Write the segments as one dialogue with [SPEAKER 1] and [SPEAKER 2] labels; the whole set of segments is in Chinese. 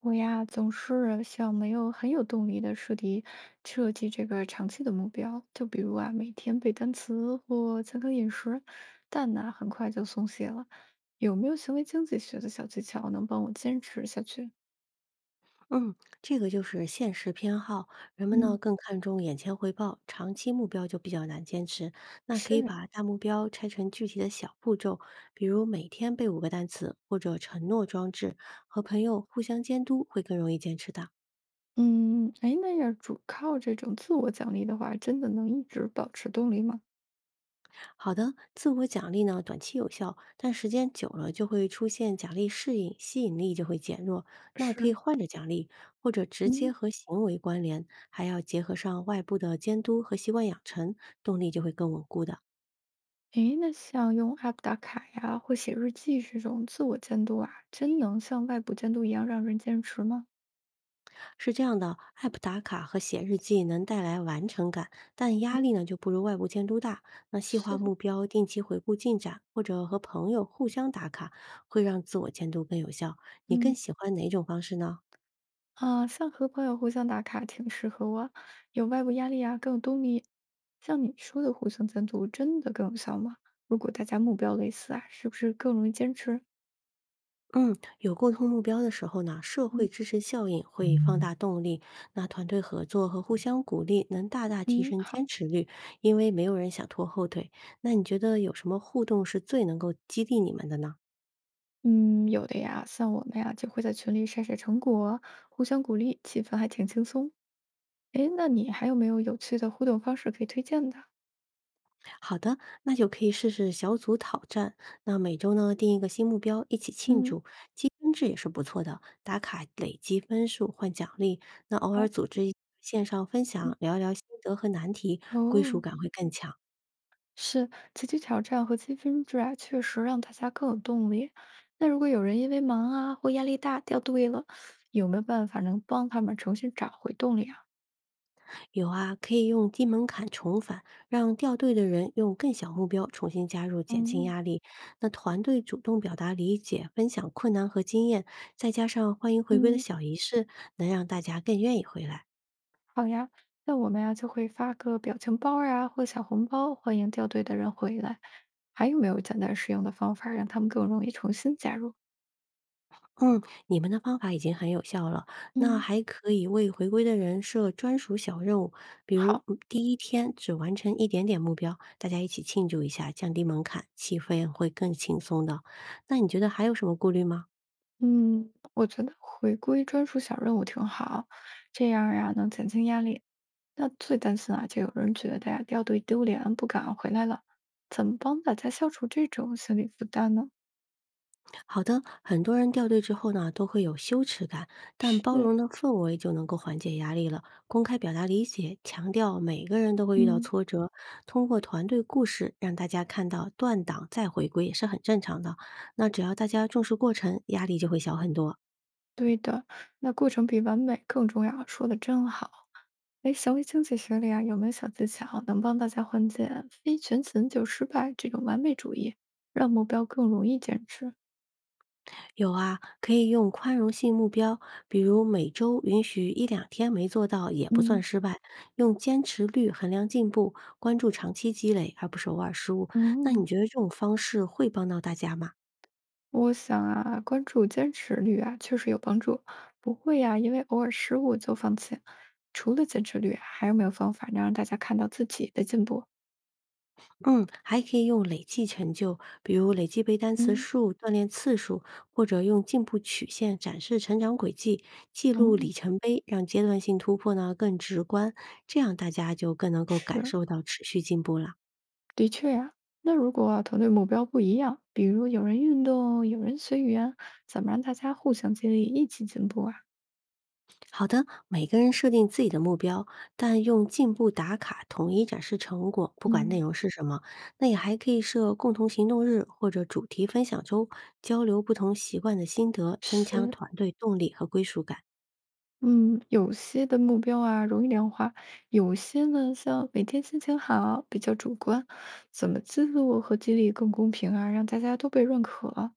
[SPEAKER 1] 我呀，总是像没有很有动力的设计这个长期的目标，就比如啊，每天背单词或健康饮食，但呢，很快就松懈了。有没有行为经济学的小技巧能帮我坚持下去？
[SPEAKER 2] 嗯，这个就是现实偏好，人们呢
[SPEAKER 1] 嗯，
[SPEAKER 2] 更看重眼前回报，长期目标就比较难坚持。那可
[SPEAKER 1] 是，
[SPEAKER 2] 以把大目标拆成具体的小步骤，比如每天背5个单词，或者承诺装置，和朋友互相监督，会更容易坚持的。
[SPEAKER 1] 嗯，哎，那要主靠这种自我奖励的话，真的能一直保持动力吗？
[SPEAKER 2] 好的，自我奖励呢，短期有效，但时间久了就会出现奖励适应，吸引力就会减弱。那可以
[SPEAKER 1] 是，
[SPEAKER 2] 换着奖励，或者直接
[SPEAKER 1] 嗯
[SPEAKER 2] 和行为关联，还要结合上外部的监督和习惯养成，动力就会更稳固的。
[SPEAKER 1] 哎，那像用 App 打卡呀，或写日记这种自我监督啊，真能像外部监督一样让人坚持吗？
[SPEAKER 2] 是这样的，app 打卡和写日记能带来完成感，但压力呢就不如外部监督大。那细化
[SPEAKER 1] 是
[SPEAKER 2] 目
[SPEAKER 1] 的。
[SPEAKER 2] 标，定期回顾进展，或者和朋友互相打卡，会让自我监督更有效。你更
[SPEAKER 1] 嗯
[SPEAKER 2] 喜欢哪种方式呢？
[SPEAKER 1] 啊，像和朋友互相打卡挺适合我，有外部压力啊，更有动力。像你说的互相监督，真的更有效吗？如果大家目标类似啊，是不是更容易坚持？
[SPEAKER 2] 嗯，有共同目标的时候呢，社会
[SPEAKER 1] 嗯
[SPEAKER 2] 支持效应会放大动力。那团队合作和互相鼓励能大大提
[SPEAKER 1] 嗯，
[SPEAKER 2] 升
[SPEAKER 1] 好，
[SPEAKER 2] 坚持率，因为没有人想拖后腿。那你觉得有什么互动是最能够激励你们的呢？
[SPEAKER 1] 嗯，有的呀，像我们呀，就会在群里晒晒成果，互相鼓励，气氛还挺轻松。诶，那你还有没有有趣的互动方式可以推荐的？
[SPEAKER 2] 好的，那就可以试试小组讨战。那每周呢定一个新目标，一起庆
[SPEAKER 1] 嗯，
[SPEAKER 2] 祝，积分制也是不错的，打卡累积分数换奖励。那偶尔
[SPEAKER 1] 好，
[SPEAKER 2] 组织一线上分
[SPEAKER 1] 嗯。
[SPEAKER 2] 享，聊一聊心得和难题，归属
[SPEAKER 1] 哦。
[SPEAKER 2] 感会更强。
[SPEAKER 1] 是集体挑战和积分制啊，确实让大家更有动力。那如果有人因为忙啊或压力大掉队了，有没有办法能帮他们重新找回动力啊？
[SPEAKER 2] 有啊，可以用低门槛重返，让掉队的人用更小目标重新加入，减轻
[SPEAKER 1] 嗯，
[SPEAKER 2] 压力。那团队主动表达理解，分享困难和经验，再加上欢迎回归的
[SPEAKER 1] 嗯，
[SPEAKER 2] 小仪式，能让大家更愿意回来。
[SPEAKER 1] 好呀。那我们呀、就会发个表情包儿啊或小红包，欢迎掉队的人回来。还有没有简单实用的方法让他们更容易重新加入？
[SPEAKER 2] 嗯，你们的方法已经很有效了。那
[SPEAKER 1] 嗯，
[SPEAKER 2] 还可以为回归的人设专属小任务，比如
[SPEAKER 1] 好，
[SPEAKER 2] 第一天只完成一点点目标，大家一起庆祝一下，降低门槛，气氛会更轻松的。那你觉得还有什么顾虑吗？
[SPEAKER 1] 嗯，我觉得回归专属小任务挺好，这样呀能减轻压力。那最担心啊，就有人觉得呀掉队丢脸，不敢回来了。怎么帮大家消除这种心理负担呢？
[SPEAKER 2] 好的，很多人掉队之后呢，都会有羞耻感，但包
[SPEAKER 1] 是，
[SPEAKER 2] 容的氛围就能够缓解压力了。公开表达理解，强调每个人都会遇到
[SPEAKER 1] 嗯，
[SPEAKER 2] 挫折，通过团队故事让大家看到断档再回归也是很正常的。那只要大家重视过程，压力就会小很多。
[SPEAKER 1] 对的，那过程比完美更重要，说的真好。哎，行为经济学里啊，有没有小技巧能帮大家缓解非全勤就失败这种完美主义，让目标更容易坚持？
[SPEAKER 2] 有啊，可以用宽容性目标，比如每周允许一两天没做到也不算
[SPEAKER 1] 嗯
[SPEAKER 2] 失败。用坚持率衡量进步，关注长期积累，而不是偶尔失误。那你
[SPEAKER 1] 嗯。
[SPEAKER 2] 觉得这种方式会帮到大家吗？
[SPEAKER 1] 我想啊，关注坚持率啊，确实有帮助，不会呀、因为偶尔失误就放弃。除了坚持率，还有没有方法能让大家看到自己的进步？
[SPEAKER 2] 嗯，还可以用累计成就，比如累计背单词
[SPEAKER 1] 嗯，
[SPEAKER 2] 数、锻炼次数，或者用进步曲线展示成长轨迹，记录
[SPEAKER 1] 嗯，
[SPEAKER 2] 里程碑，让阶段性突破呢更直观，这样大家就更能够感
[SPEAKER 1] 是，
[SPEAKER 2] 受到持续进步了。
[SPEAKER 1] 的确呀、那如果、团队目标不一样，比如有人运动，有人随缘，怎么让大家互相激励，一起进步啊？
[SPEAKER 2] 好的，每个人设定自己的目标，但用进步打卡统一展示成果，不管内
[SPEAKER 1] 嗯，
[SPEAKER 2] 容是什么。那也还可以设共同行动日或者主题分享周，交流不同习惯的心得，增强
[SPEAKER 1] 是，
[SPEAKER 2] 团队动力和归属感。
[SPEAKER 1] 嗯，有些的目标啊容易量化，有些呢像每天心情好比较主观，怎么记录和激励更公平啊，让大家都被认可？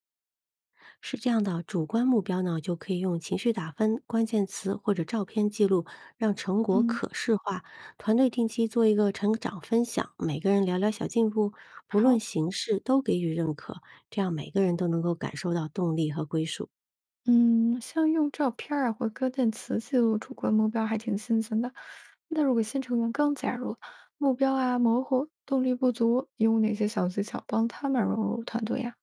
[SPEAKER 2] 是这样的，主观目标呢，就可以用情绪打分、关键词或者照片记录，让成果
[SPEAKER 1] 嗯，
[SPEAKER 2] 可视化。团队定期做一个成长分享，每个人聊聊小进步，不论
[SPEAKER 1] 好，
[SPEAKER 2] 形式都给予认可，这样每个人都能够感受到动力和归属。
[SPEAKER 1] 嗯，像用照片儿啊或关键词记录主观目标还挺新鲜的。那如果新成员刚加入，目标啊模糊，动力不足，有哪些小技巧帮他们融入团队呀？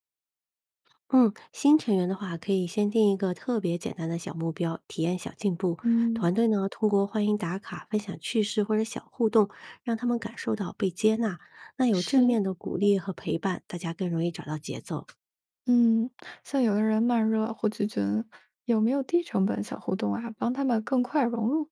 [SPEAKER 2] 嗯，新成员的话，可以先定一个特别简单的小目标，体验小进步。
[SPEAKER 1] 嗯，
[SPEAKER 2] 团队呢，通过欢迎打卡、分享趣事或者小互动，让他们感受到被接纳。那有正
[SPEAKER 1] 是
[SPEAKER 2] 面的鼓励和陪伴，大家更容易找到节奏。
[SPEAKER 1] 嗯，像有的人慢热或拒绝，有没有低成本小互动啊，帮他们更快融入？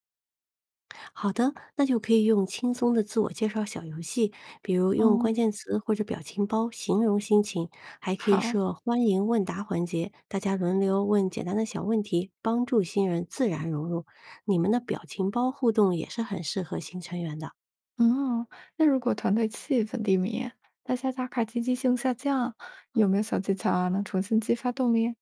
[SPEAKER 2] 好的，那就可以用轻松的自我介绍小游戏，比如用关
[SPEAKER 1] 哦，
[SPEAKER 2] 键词或者表情包形容心情，还可以
[SPEAKER 1] 好，
[SPEAKER 2] 设欢迎问答环节，大家轮流问简单的小问题，帮助新人自然融入。你们的表情包互动也是很适合新成员的。
[SPEAKER 1] 嗯，那如果团队气氛低迷，大家打卡积极性下降，有没有小技巧啊，能重新激发动力？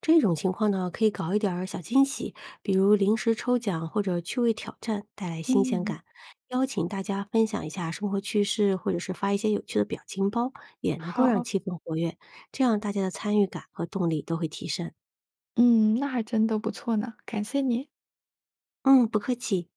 [SPEAKER 2] 这种情况呢，可以搞一点儿小惊喜，比如临时抽奖或者趣味挑战，带来新鲜
[SPEAKER 1] 嗯，
[SPEAKER 2] 感。邀请大家分享一下生活趣事，或者是发一些有趣的表情包，也能够让
[SPEAKER 1] 好，
[SPEAKER 2] 气氛活跃，这样大家的参与感和动力都会提升。
[SPEAKER 1] 嗯，那还真都不错呢，感谢你。
[SPEAKER 2] 嗯，不客气。